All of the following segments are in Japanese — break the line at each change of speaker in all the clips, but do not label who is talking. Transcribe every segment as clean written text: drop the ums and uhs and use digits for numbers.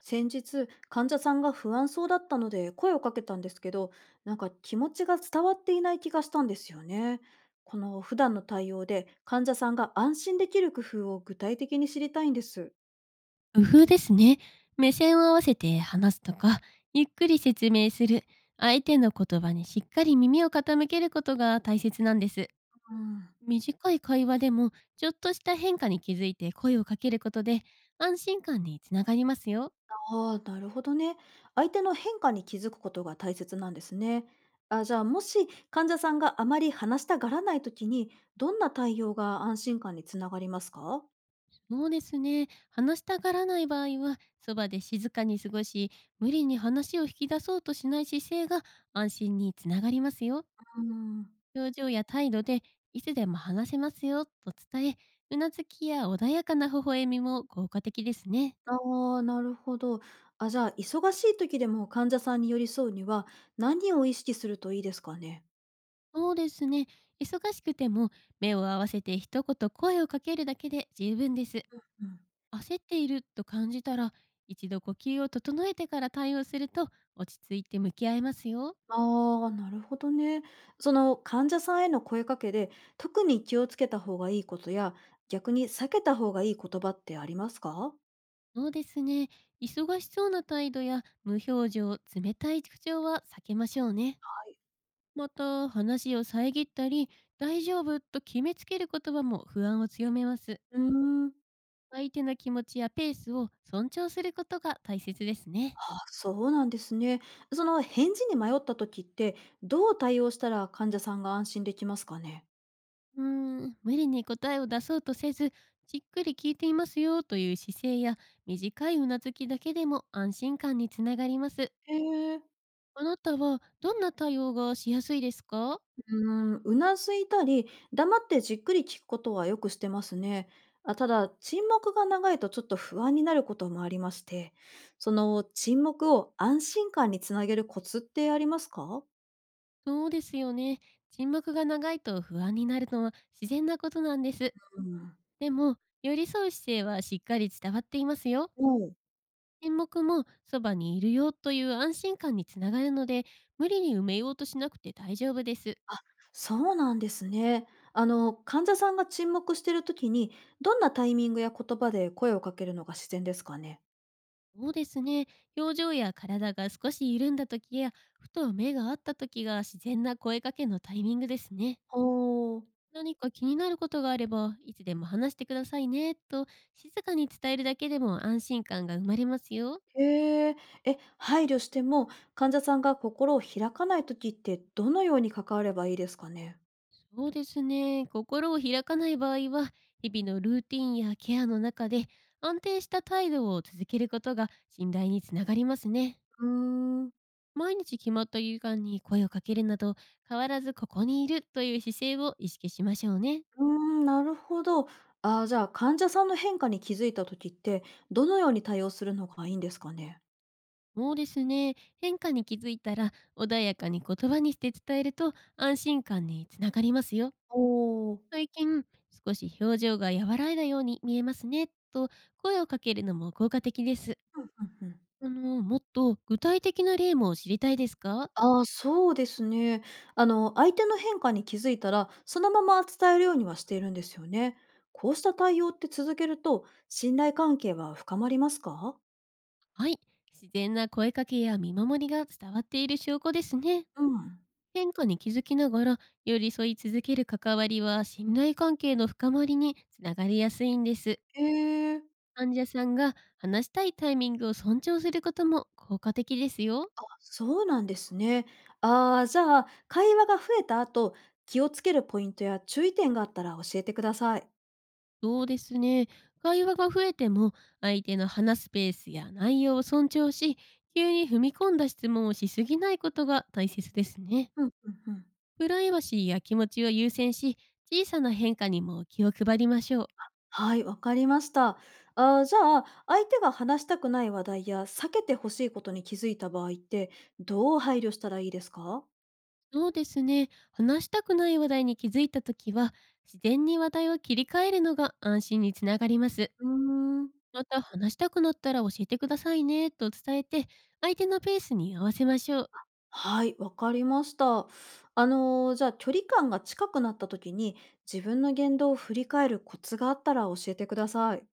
先日患者さんが不安そうだったので声をかけたんですけど、なんか気持ちが伝わっていない気がしたんですよね。この普段の対応で患者さんが安心できる工夫を具体的に知りたいんです。
工夫ですね。目線を合わせて話すとか、ゆっくり説明する。相手の言葉にしっかり耳を傾けることが大切なんです。
うん、
短い会話でも、ちょっとした変化に気づいて声をかけることで、安心感につながりますよ。
ああ、なるほどね。相手の変化に気づくことが大切なんですね。あ、じゃあ、もし患者さんがあまり話したがらない時にどんな対応が安心感につながりますか？
そうですね。話したがらない場合は、そばで静かに過ごし、無理に話を引き出そうとしない姿勢が安心につながりますよ。
うん、
表情や態度でいつでも話せますよと伝え、うなずきや穏やかな微笑みも効果的ですね。
ああ、なるほど。あ、じゃあ、忙しい時でも患者さんに寄り添うには、何を意識するといいですかね？
そうですね。忙しくても目を合わせて一言声をかけるだけで十分です。
うん。
焦っていると感じたら、一度呼吸を整えてから対応すると落ち着いて向き合えますよ。
ああ、なるほどね。その、患者さんへの声かけで、特に気をつけた方がいいことや、逆に避けた方がいい言葉ってありますか？
そうですね。忙しそうな態度や無表情、冷たい口調は避けましょうね。また話を遮ったり「大丈夫」と決めつける言葉も不安を強めます。
うーん。
相手の気持ちやペースを尊重することが大切ですね。
あ、そうなんですね。その、返事に迷った時って、どう対応したら患者さんが安心できますかね？
うーん、無理に答えを出そうとせず、じっくり聞いていますよという姿勢や短いうなずきだけでも安心感につながります。
へえ。
あなたはどんな対応がしやすいですか？
うーん、うなずいたり、黙ってじっくり聞くことはよくしてますね。あ、ただ、沈黙が長いとちょっと不安になることもありまして、その沈黙を安心感につなげるコツってありますか？
そうですよね。沈黙が長いと不安になるのは自然なことなんです。
うん。
でも寄り添う姿勢はしっかり伝わっていますよ。
おう、
沈黙もそばにいるよという安心感につながるので、無理に埋めようとしなくて大丈夫です。
そうなんですね。あの、患者さんが沈黙してる時に、どんなタイミングや言葉で声をかけるのが自然ですかね？
そうですね。表情や体が少し緩んだ時や、ふと目が合った時が自然な声かけのタイミングですね。
お、
何か気になることがあれば、いつでも話してくださいね、と静かに伝えるだけでも安心感が生まれますよ。
へえ。え、配慮しても、患者さんが心を開かない時ってどのように関わればいいですかね？
そうですね。心を開かない場合は、日々のルーティンやケアの中で安定した態度を続けることが信頼につながりますね。
うーん。
毎日決まった時間に声をかけるなど、変わらずここにいるという姿勢を意識しましょうね。
うーん、なるほど。ああ、じゃあ、患者さんの変化に気づいた時って、どのように対応するのがいいんですかね？
そうですね。変化に気づいたら、穏やかに言葉にして伝えると安心感につながりますよ。
おお。
最近、少し表情が和らいだように見えますね、と声をかけるのも効果的です。
うんうん。
あの、もっと具体的な例も知りたいですか？
ああ、そうですね。あの、相手の変化に気づいたら、そのまま伝えるようにはしているんですよね。こうした対応って続けると、信頼関係は深まりますか？
はい。自然な声かけや見守りが伝わっている証拠ですね。
うん。
変化に気づきながら寄り添い続ける関わりは信頼関係の深まりにつながりやすいんです。
へえ。
患者さんが話したいタイミングを尊重することも効果的ですよ。
そうなんですね。ああ、じゃあ、会話が増えた後、気をつけるポイントや注意点があったら教えてください。
そうですね。会話が増えても相手の話すペースや内容を尊重し、急に踏み込んだ質問をしすぎないことが大切ですね。
うんうんうん。
プライバシーや気持ちを優先し、小さな変化にも気を配りましょう。
はい、わかりました。あ、じゃあ、相手が話したくない話題や避けてほしいことに気づいた場合って、どう配慮したらいいですか？
そうですね。話したくない話題に気づいたときは、自然に話題を切り替えるのが安心につながります。
うーん。
また、話したくなったら教えてくださいね、と伝えて、相手のペースに合わせましょう。
はい、わかりました。あの、じゃあ、距離感が近くなった時に、自分の言動を振り返るコツがあったら教えてください。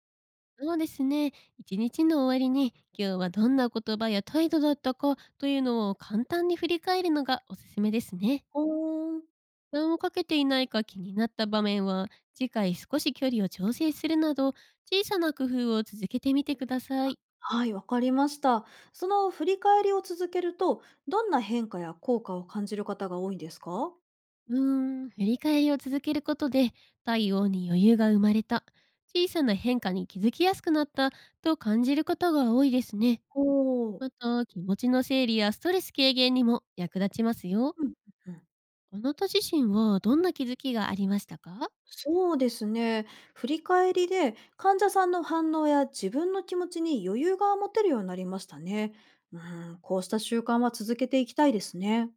そうですね。一日の終わりに、今日はどんな言葉や態度だったかというのを簡単に振り返るのがおすすめですね。
ほーん。
負担をかけていないか気になった場面は、次回少し距離を調整するなど、小さな工夫を続けてみてください。
はい、わかりました。その振り返りを続けると、どんな変化や効果を感じる方が多いんですか？
うーん、振り返りを続けることで、対応に余裕が生まれた、小さな変化に気づきやすくなったと感じることが多いですね。
おー、
また、気持ちの整理やストレス軽減にも役立ちますよ。
うんうんうん。
あなた自身はどんな気づきがありましたか？
そうですね。振り返りで患者さんの反応や自分の気持ちに余裕が持てるようになりましたね。うん、こうした習慣は続けていきたいですね。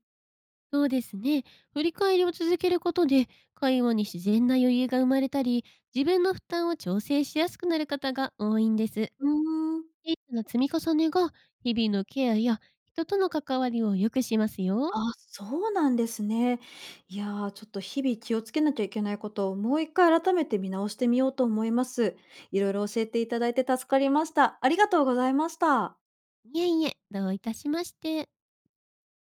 そうですね。振り返りを続けることで、会話に自然な余裕が生まれたり、自分の負担を調整しやすくなる方が多いんです。
うーん。
小さな積み重ねが、日々のケアや人との関わりを良くしますよ。
あ、そうなんですね。いやー、ちょっと日々気をつけなきゃいけないことをもう一回改めて見直してみようと思います。いろいろ教えていただいて助かりました。ありがとうございました。
いえいえ、どういたしまして。